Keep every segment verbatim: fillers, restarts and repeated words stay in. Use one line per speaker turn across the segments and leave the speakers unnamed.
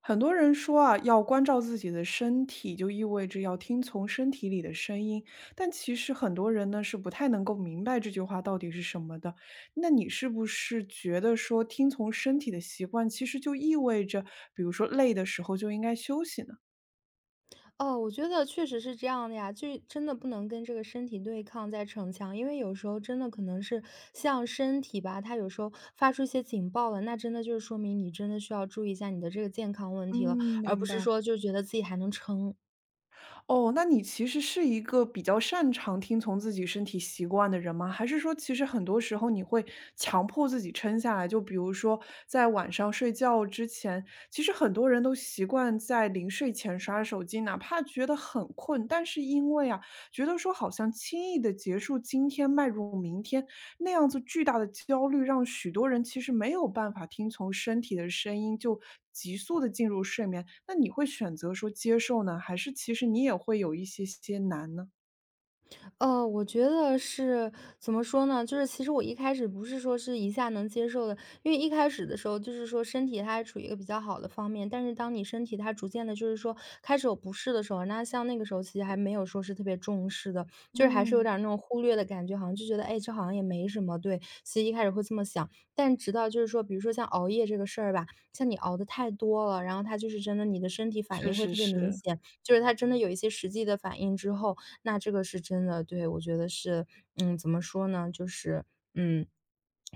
很多人说啊，要关照自己的身体，就意味着要听从身体里的声音。但其实很多人呢是不太能够明白这句话到底是什么的。那你是不是觉得说听从身体的习惯，其实就意味着，比如说累的时候就应该休息呢？
哦，我觉得确实是这样的呀，就真的不能跟这个身体对抗在逞强，因为有时候真的可能是像身体吧，它有时候发出一些警报了，那真的就是说明你真的需要注意一下你的这个健康问
嗯，
题了，而不
明
是
白。
说就觉得自己还能撑。
哦，那你其实是一个比较擅长听从自己身体习惯的人吗？还是说其实很多时候你会强迫自己撑下来？就比如说在晚上睡觉之前，其实很多人都习惯在临睡前刷手机，哪怕觉得很困，但是因为啊，觉得说好像轻易的结束今天，迈入明天，那样子巨大的焦虑，让许多人其实没有办法听从身体的声音，就急速的进入睡眠。那你会选择说接受呢？还是其实你也会有一些些难呢？
呃，我觉得是怎么说呢？就是其实我一开始不是说是一下能接受的，因为一开始的时候就是说身体它还处于一个比较好的方面，但是当你身体它逐渐的，就是说开始有不适的时候，那像那个时候其实还没有说是特别重视的，就是还是有
嗯，
点儿那种忽略的感觉，好像就觉得哎，这好像也没什么。对，其实一开始会这么想，但直到就是说，比如说像熬夜这个事儿吧，像你熬的太多了，然后它就是真的你的身体反
确
应会
实
特别明
是，
显，就是它真的有一些实际的反应之后。那这个是真的，对，我觉得是，嗯，怎么说呢，就是，嗯，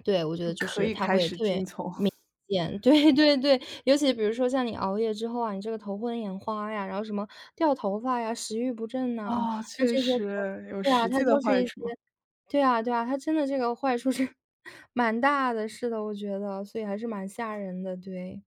对，我觉
就
得就
可
是
以
它
开
会
始
特
听
别
从。
明 显，对对对，尤其比如说像你熬夜之后啊，你这个头昏眼花呀，然后什么掉头发呀、食欲不振呐，啊，
哦，
那
确
这些可能
实有
对啊，
实
它
际的
都是
坏
一些
处。
对啊对啊，它真的这个坏处是 蛮大的，是的，我觉得，所以还是蛮吓人的，对。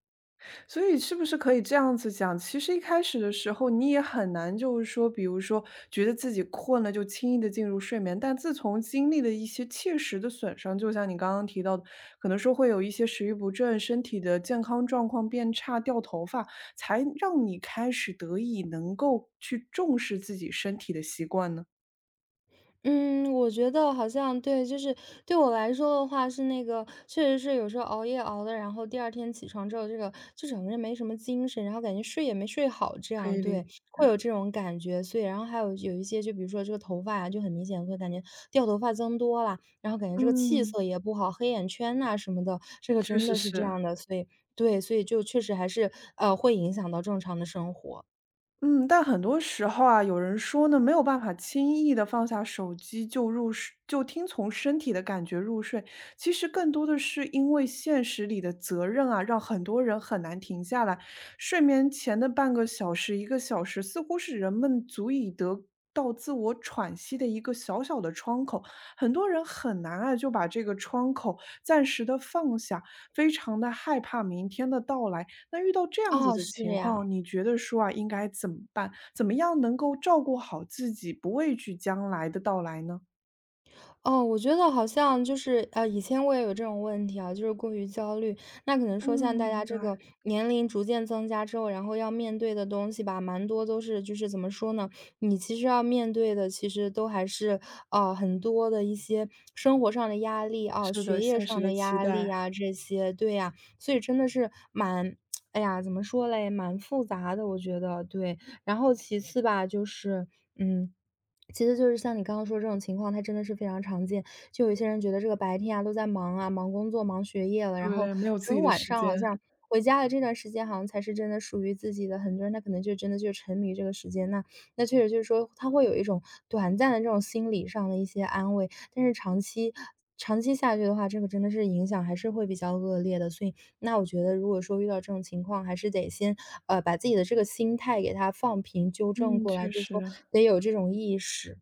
所以是不是可以这样子讲，其实一开始的时候你也很难就是说，比如说觉得自己困了就轻易的进入睡眠，但自从经历了一些切实的损伤，就像你刚刚提到的，可能说会有一些食欲不振，身体的健康状况变差，掉头发，才让你开始得以能够去重视自己身体的习惯呢？
嗯，我觉得好像对，就是对我来说的话，是那个确实是有时候熬夜熬的，然后第二天起床之后，这个就整个人没什么精神，然后感觉睡也没睡好，这
可
样
以理解，
对，会有这种感觉。所以，然后还有有一些，就比如说这个头发啊，就很明显会感觉掉头发增多啦，然后感觉这个气
嗯，
色也不好，黑眼圈呐、什么的，这个
确
真
实
的是这
是。
样的。所以，对，所以就确实还是呃会影响到正常的生活
嗯，但很多时候啊，有人说呢，没有办法轻易的放下手机就入睡，就听从身体的感觉入睡。其实更多的是因为现实里的责任啊，让很多人很难停下来。睡眠前的半个小时、一个小时，似乎是人们足以得到自我喘息的一个小小的窗口。很多人很难啊，就把这个窗口暂时的放下，非常的害怕明天的到来。那遇到这样子
哦，
的
是
情
呀，
况，你觉得说啊，应该怎么办？怎么样能够照顾好自己，不畏惧将来的到来呢？
哦，我觉得好像就是，呃，以前我也有这种问题啊，就是过于焦虑。那可能说
嗯，
像大家
明
这
白。
个年龄逐渐增加之后，然后要面对的东西吧，蛮多都是就是怎么说呢？你其实要面对的，其实都还是啊很多的一些生活上的压力啊、
是
学
的，
业
现实
上
的
的
期
压力
待，
啊这些，对呀、所以真的是蛮，哎呀，怎么说嘞，蛮复杂的，我觉得对。然后其次吧，就是嗯，其次就是像你刚刚说这种情况，它真的是非常常见。就有一些人觉得这个白天啊都在忙啊，忙工作、忙学业了，然后
对，没有
只
自
有
己的
晚
时
上好
间。
像回家的这段时间，好像才是真的属于自己的。很多人他可能就真的就沉迷这个时间，那那确实就是说他会有一种短暂的这种心理上的一些安慰，但是长期长期下去的话，这个真的是影响还是会比较恶劣的。所以那我觉得如果说遇到这种情况，还是得先，呃，把自己的这个心态给它放平，纠正
嗯，
过来，
确
就是说
实。
得有这种意识。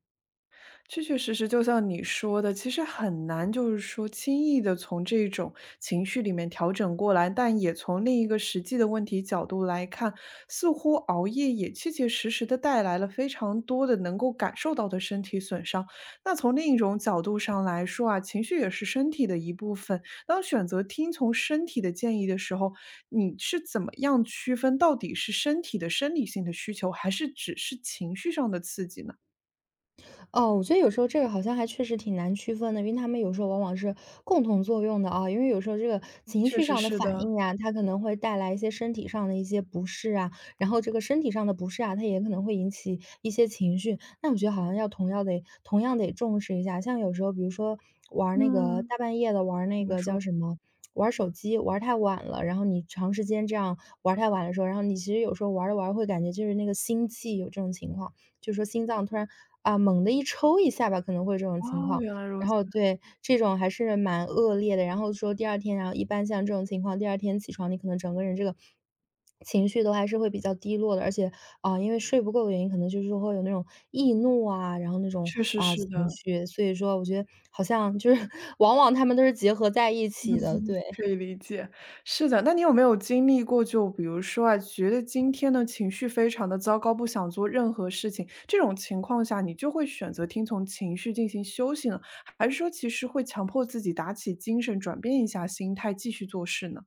确确实实，就像你说的，其实很难，就是说轻易的从这种情绪里面调整过来。但也从另一个实际的问题角度来看，似乎熬夜也切切实实的带来了非常多的能够感受到的身体损伤。那从另一种角度上来说啊，情绪也是身体的一部分。当选择听从身体的建议的时候，你是怎么样区分到底是身体的生理性的需求，还是只是情绪上的刺激呢？
哦，我觉得有时候这个好像还确实挺难区分的，因为他们有时候往往是共同作用的啊。因为有时候这个情
确
绪
实
上的
是
反
的，
应呀，它可能会带来一些身体上的一些不适啊，然后这个身体上的不适啊，它也可能会引起一些情绪。那我觉得好像要同样得同样得重视一下，像有时候比如说玩儿那个
嗯，
大半夜的玩儿那个叫什么？玩儿手机玩儿太晚了，然后你长时间这样玩儿太晚的时候，然后你其实有时候玩儿着玩儿着会感觉就是那个心悸有这种情况。就是说心脏突然啊猛地一抽一下吧，可能会有这种情
哦，
况。
原来如
然
此，
后对，这种还是蛮恶劣的。然后说第二天，然后一般像这种情况，第二天起床，你可能整个人这个情绪都还是会比较低落的，而且啊、因为睡不够的原因，可能就是说会有那种易怒啊，然后那种
确实
啊、
是
情
的，
绪。所以说，我觉得好像就是 往往他们都是结合在一起的。对，
可以理解。是的，那你有没有经历过，就比如说啊，觉得今天的情绪非常的糟糕，不想做任何事情，这种情况下，你就会选择听从情绪进行休息呢？还是说其实会强迫自己打起精神，转变一下心态，继续做事呢？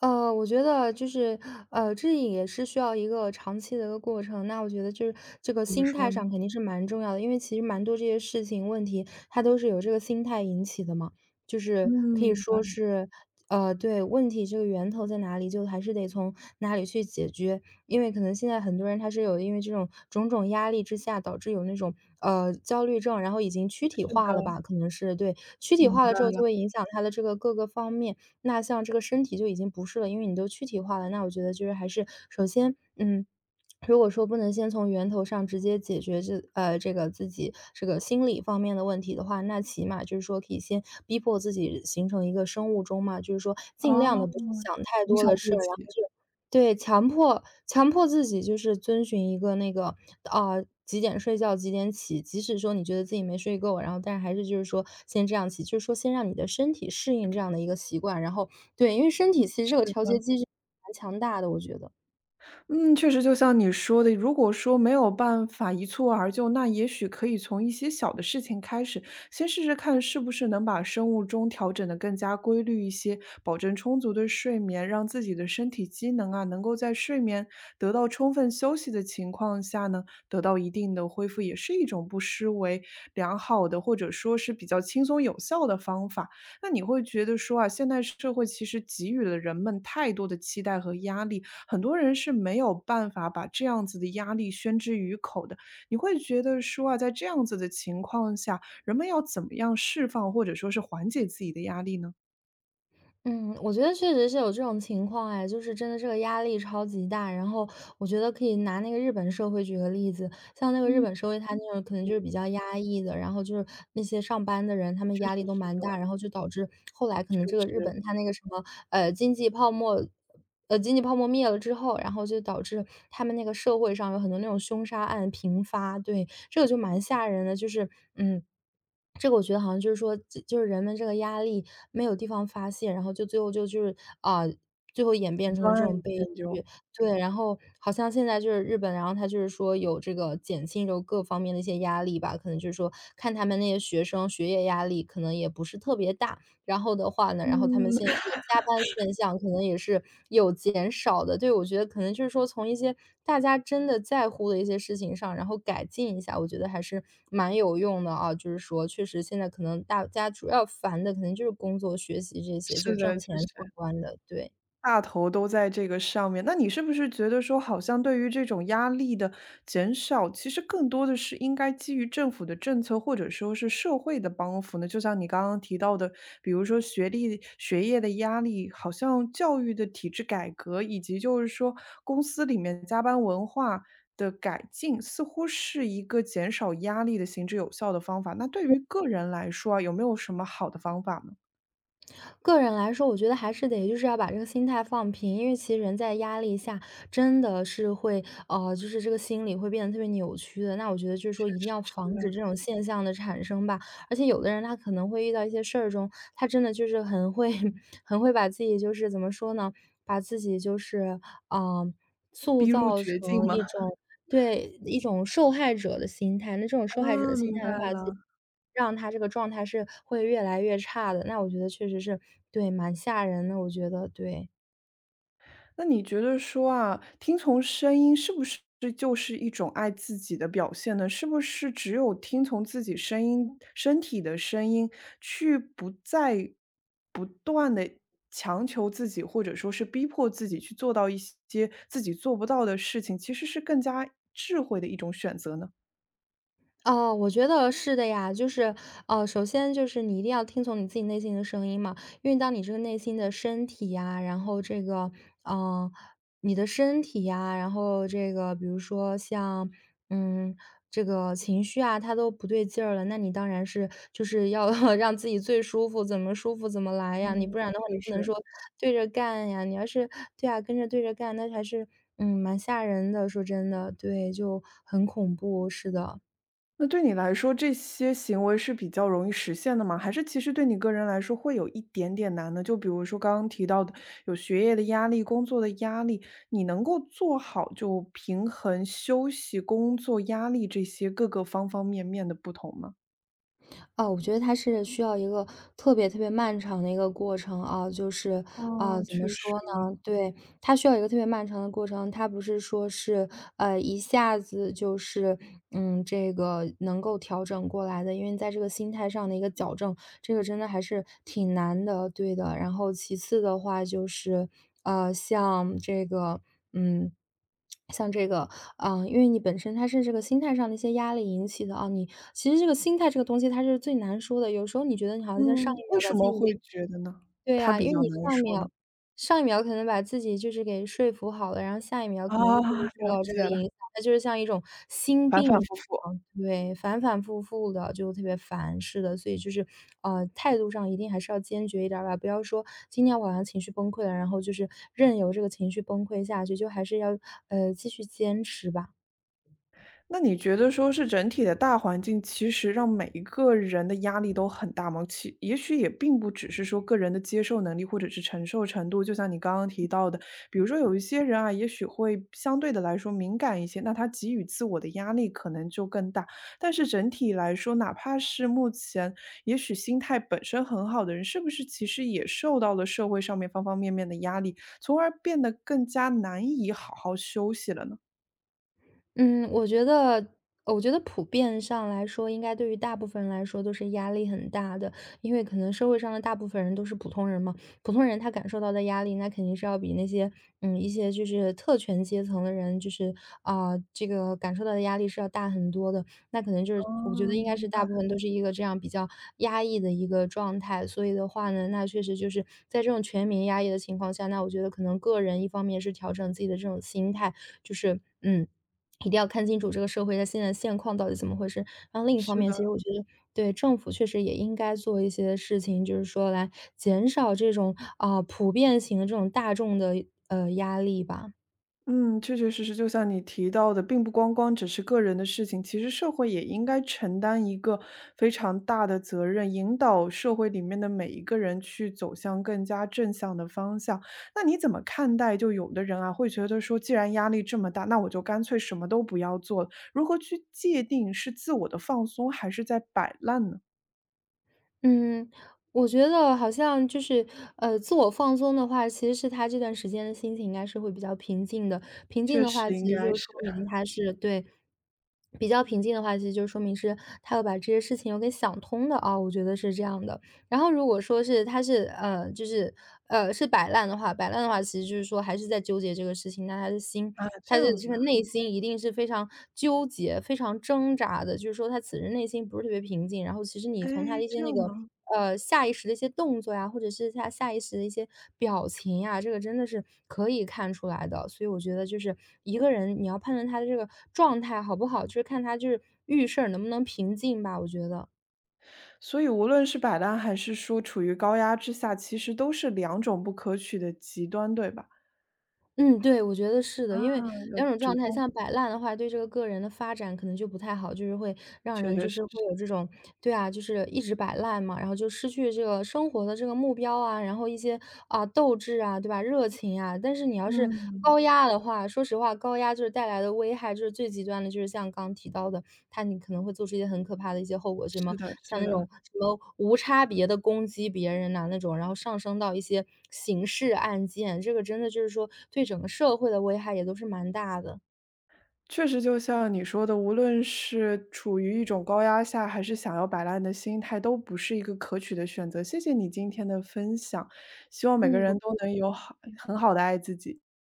呃，我觉得就是，呃，这也是需要一个长期的一个过程。那我觉得就是这个
怎么
心
说
态上
呢？
肯定是蛮重要的，因为其实蛮多这些事情问题，它都是由这个心态引起的嘛。就
嗯，
是可以
明白，
说是，呃，对，问题这个源头在哪里，就还是得从哪里去解决。因为可能现在很多人他是有因为这种种种压力之下，导致有那种呃焦虑症，然后已经躯体
是
化
的，
了吧？可能是对躯体
明
化了之后，
白。
就会影响他的这个各个方面。那像这个身体就已经不是了，因为你都躯体化了。那我觉得就是还是首先，嗯，如果说不能先从源头上直接解决这呃这个自己这个心理方面的问题的话，那起码就是说可以先逼迫自己形成一个生物钟嘛，就是说尽
哦，
量的不去想太
从
多
小
的事
做
儿，然后
起，
就对，强迫强迫自己就是遵循一个那个，啊，几点睡觉几点起，即使说你觉得自己没睡够，然后但是还是就是说先这样起，就是说先让你的身体适应这样的一个习惯，然后对，因为身体其实这个调
是。
节机制蛮强大的，我觉得。
嗯，确实就像你说的，如果说没有办法一蹴而就，那也许可以从一些小的事情开始，先试试看是不是能把生物钟调整得更加规律一些，保证充足的睡眠，让自己的身体机能啊，能够在睡眠得到充分休息的情况下呢，得到一定的恢复，也是一种不失为良好的，或者说是比较轻松有效的方法。那你会觉得说啊，现代社会其实给予了人们太多的期待和压力，很多人是没有办法把这样子的压力宣之于口的。你会觉得说啊，在这样子的情况下，人们要怎么样释放或者说是缓解自己的压力呢？
嗯，我觉得确实是有这种情况哎，就是真的这个压力超级大，然后我觉得可以拿那个日本社会举个例子，像那个日
嗯，
本社会，他那种可能就是
明
比较压抑的，然后就是那些上班的人，他们
确
压
实
力都
是
蛮大，
的，
然后就导致后来可
确
能这个日
实，
本他那个什么，呃，经济泡沫呃，经济泡沫灭了之后，然后就导致他们那个社会上有很多那种凶杀案频发，对，这个就蛮吓人的，就是嗯。这个我觉得好像就是说，就就是人们这个压力没有地方发泄，然后就最后就就是啊、最后演
一
变成了这
段
种
时
悲
间就
剧。对，然后好像现在就是日本，然后他就是说有这个减轻就各方面的一些压力吧，可能就是说看他们那些学生学业压力可能也不是特别大，然后的话呢，然后他们
嗯，
现在 这个加班现象可能也是有减少的。对，我觉得可能就是说从一些大家真的在乎的一些事情上，然后改进一下，我觉得还是蛮有用的啊。就是说，确实现在可能大家主要烦的可能就是工作、学习这些，就
是
是
的，
挣
确
钱相
实。
关的，对。
大头都在这个上面，那你是不是觉得说，好像对于这种压力的减少，其实更多的是应该基于政府的政策，或者说是社会的帮扶呢？就像你刚刚提到的，比如说学历、学业的压力，好像教育的体制改革，以及就是说公司里面加班文化的改进，似乎是一个减少压力的行之有效的方法。那对于个人来说啊，有没有什么好的方法呢？
个人来说，我觉得还是得就是要把这个心态放平，因为其实人在压力下真的是会，呃，就是这个心理会变得特别扭曲的。那我觉得就是说一定要防止这种现象的产生吧。而且有的人他可能会遇到一些事儿中，他真的就是很会 很会把自己就是怎么说呢，把自己就是嗯、呃
逼
塑
入
造
绝境
成
吗？
一种 对，一种受害者的心态，那这种受害者
啊，
的心
明
态的
白
话，就
了。
让他这个状态是会越来越差的，那我觉得确实是对，蛮吓人的，我觉得，对。
那你觉得说啊，听从声音是不是就是一种爱自己的表现呢？是不是只有听从自己声音、身体的声音，去不再不断的强求自己，或者说是逼迫自己去做到一些自己做不到的事情，其实是更加智慧的一种选择呢？
哦，我觉得是的呀，就是，哦，首先就是你一定要听从你自己内心的声音嘛，因为当你这个内心的身体呀，然后这个，嗯，你的身体呀，然后这个，比如说像，嗯，这个情绪啊，它都不对劲儿了，那你当然是就是要 让自己最舒服，怎么舒服怎么来呀，你
嗯，
不然的话，你
就
不能
是？
说对着干呀，你要是对啊，跟着对着干，那还是，嗯，蛮吓人的，说真的，对，就很恐怖，是的。
那对你来说，这些行为是比较容易实现的吗？还是其实对你个人来说会有一点点难呢？就比如说刚刚提到的，有学业的压力、工作的压力，你能够做好就平衡休息、工作压力这些各个方方面面的不同吗？
啊，我觉得它是需要一个特别特别漫长的一个过程啊，就是，啊，
哦，
怎么
确实，
说呢？对，它需要一个特别漫长的过程，它不是说是，呃，一下子就是，嗯，这个能够调整过来的。因为在这个心态上的一个矫正，这个真的还是挺难的，对的。然后其次的话就是，呃，像这个，嗯，像这个，啊，因为你本身它是这个心态上的一些压力引起的啊，你其实这个心态这个东西它是最难说的，有时候你觉得你好像上
嗯，
一
为
秒把
什
自己
么
给
会觉得呢？
对
它
呀，
比
因为
较
你
难
上一
说呢？
秒上一秒可能把自己就是给说服好了，然后下一秒
啊，
可能又是受
了
到这
解
个
了，
影响，它就是像一种心
反
病
反
一
复复。
样，对，反反复复的就特别烦。似的，所以就是，呃，态度上一定还是要坚决一点儿吧，不要说今天晚上情绪崩溃了，然后就是任由这个情绪崩溃下去，就还是要呃继续坚持吧。
那你觉得说是整体的大环境，其实让每一个人的压力都很大吗？其也许也并不只是说个人的接受能力或者是承受程度，就像你刚刚提到的，比如说有一些人啊，也许会相对的来说敏感一些，那他给予自我的压力可能就更大。但是整体来说，哪怕是目前也许心态本身很好的人，是不是其实也受到了社会上面方方面面的压力，从而变得更加难以好好休息了呢？
嗯，我觉得我觉得普遍上来说，应该对于大部分人来说都是压力很大的。因为可能社会上的大部分人都是普通人嘛，普通人他感受到的压力，那肯定是要比那些，嗯，一些就是特权阶层的人，就是啊，这个感受到的压力是要大很多的。那可能就是我觉
哦，
得应该
明
是
白，
大部分都是一个这样比较压抑的一个状态，所以的话呢，那确实就是在这种全民压抑的情况下，那我觉得可能个人一方面是调整自己的这种心态，就是嗯。一定要看清楚这个社会的现在现况到底怎么回事。然后另一方
是
面，其实
的。
我觉得对政府确实也应该做一些事情，就是说来减少这种啊、普遍型的这种大众的呃压力吧。
嗯，确确实实，就像你提到的，并不光光只是个人的事情，其实社会也应该承担一个非常大的责任，引导社会里面的每一个人去走向更加正向的方向。那你怎么看待？就有的人啊，会觉得说，既然压力这么大，那我就干脆什么都不要做了。如何去界定是自我的放松，还是在摆烂呢？
嗯，我觉得好像就是，呃，自我放松的话，其实是他这段时间的心情应该是会比较平静的。平静
确
的话，
实应
其实
该
就
是
说明他是对，比较平静的话，其实就说明是他有把这些事情有给想通的啊，我觉得是这样的。然后如果说是他是呃，就是呃是摆烂的话，摆烂的话，其实就是说还是在纠结这个事情，那他的心
啊，这
他的
样
这
子
个
啊，
内心一定是非常纠结、非常挣扎的，就是说他此时内心不是特别平静。然后其实你
哎，
从他的一
这
些那
样
个，
吗？
呃，下意识的一些动作呀，或者是他下意识的一些表情呀，这个真的是可以看出来的。所以我觉得就是一个人，你要判断他的这个状态好不好，就是看他就是遇事儿能不能平静吧，我觉得。
所以无论是摆烂还是说处于高压之下，其实都是两种不可取的极端，对吧？
嗯，对，我觉得是的。
啊，
因为
要
两种
折
状态
中，
像摆烂的话，对这个个人的发展可能就不太好，就是会让
确
人
确
就
实
是会
实，
有这种对啊，就是一直摆烂嘛，然后就失去这个生活的这个目标啊，然后一些，啊，斗志啊，对吧？热情啊。但是你要是
嗯，
高压的话，说实话，高压就是带来的危害就是最极端的，就是像刚提到的，他你可能会做出一些很可怕的一些后果，什么
是的，
像
是
那
的，
种什么无差别的攻击别人呐那种，然后上升到一些刑事案件，这个真的就是说对整个社会的危害也都是蛮大的。
确实就像你说的，无论是处于一种高压下，还是想要摆烂的心态，都不是一个可取的选择。谢谢你今天的分享，希望每个
嗯，不
人
客
都能有好很好的爱自己。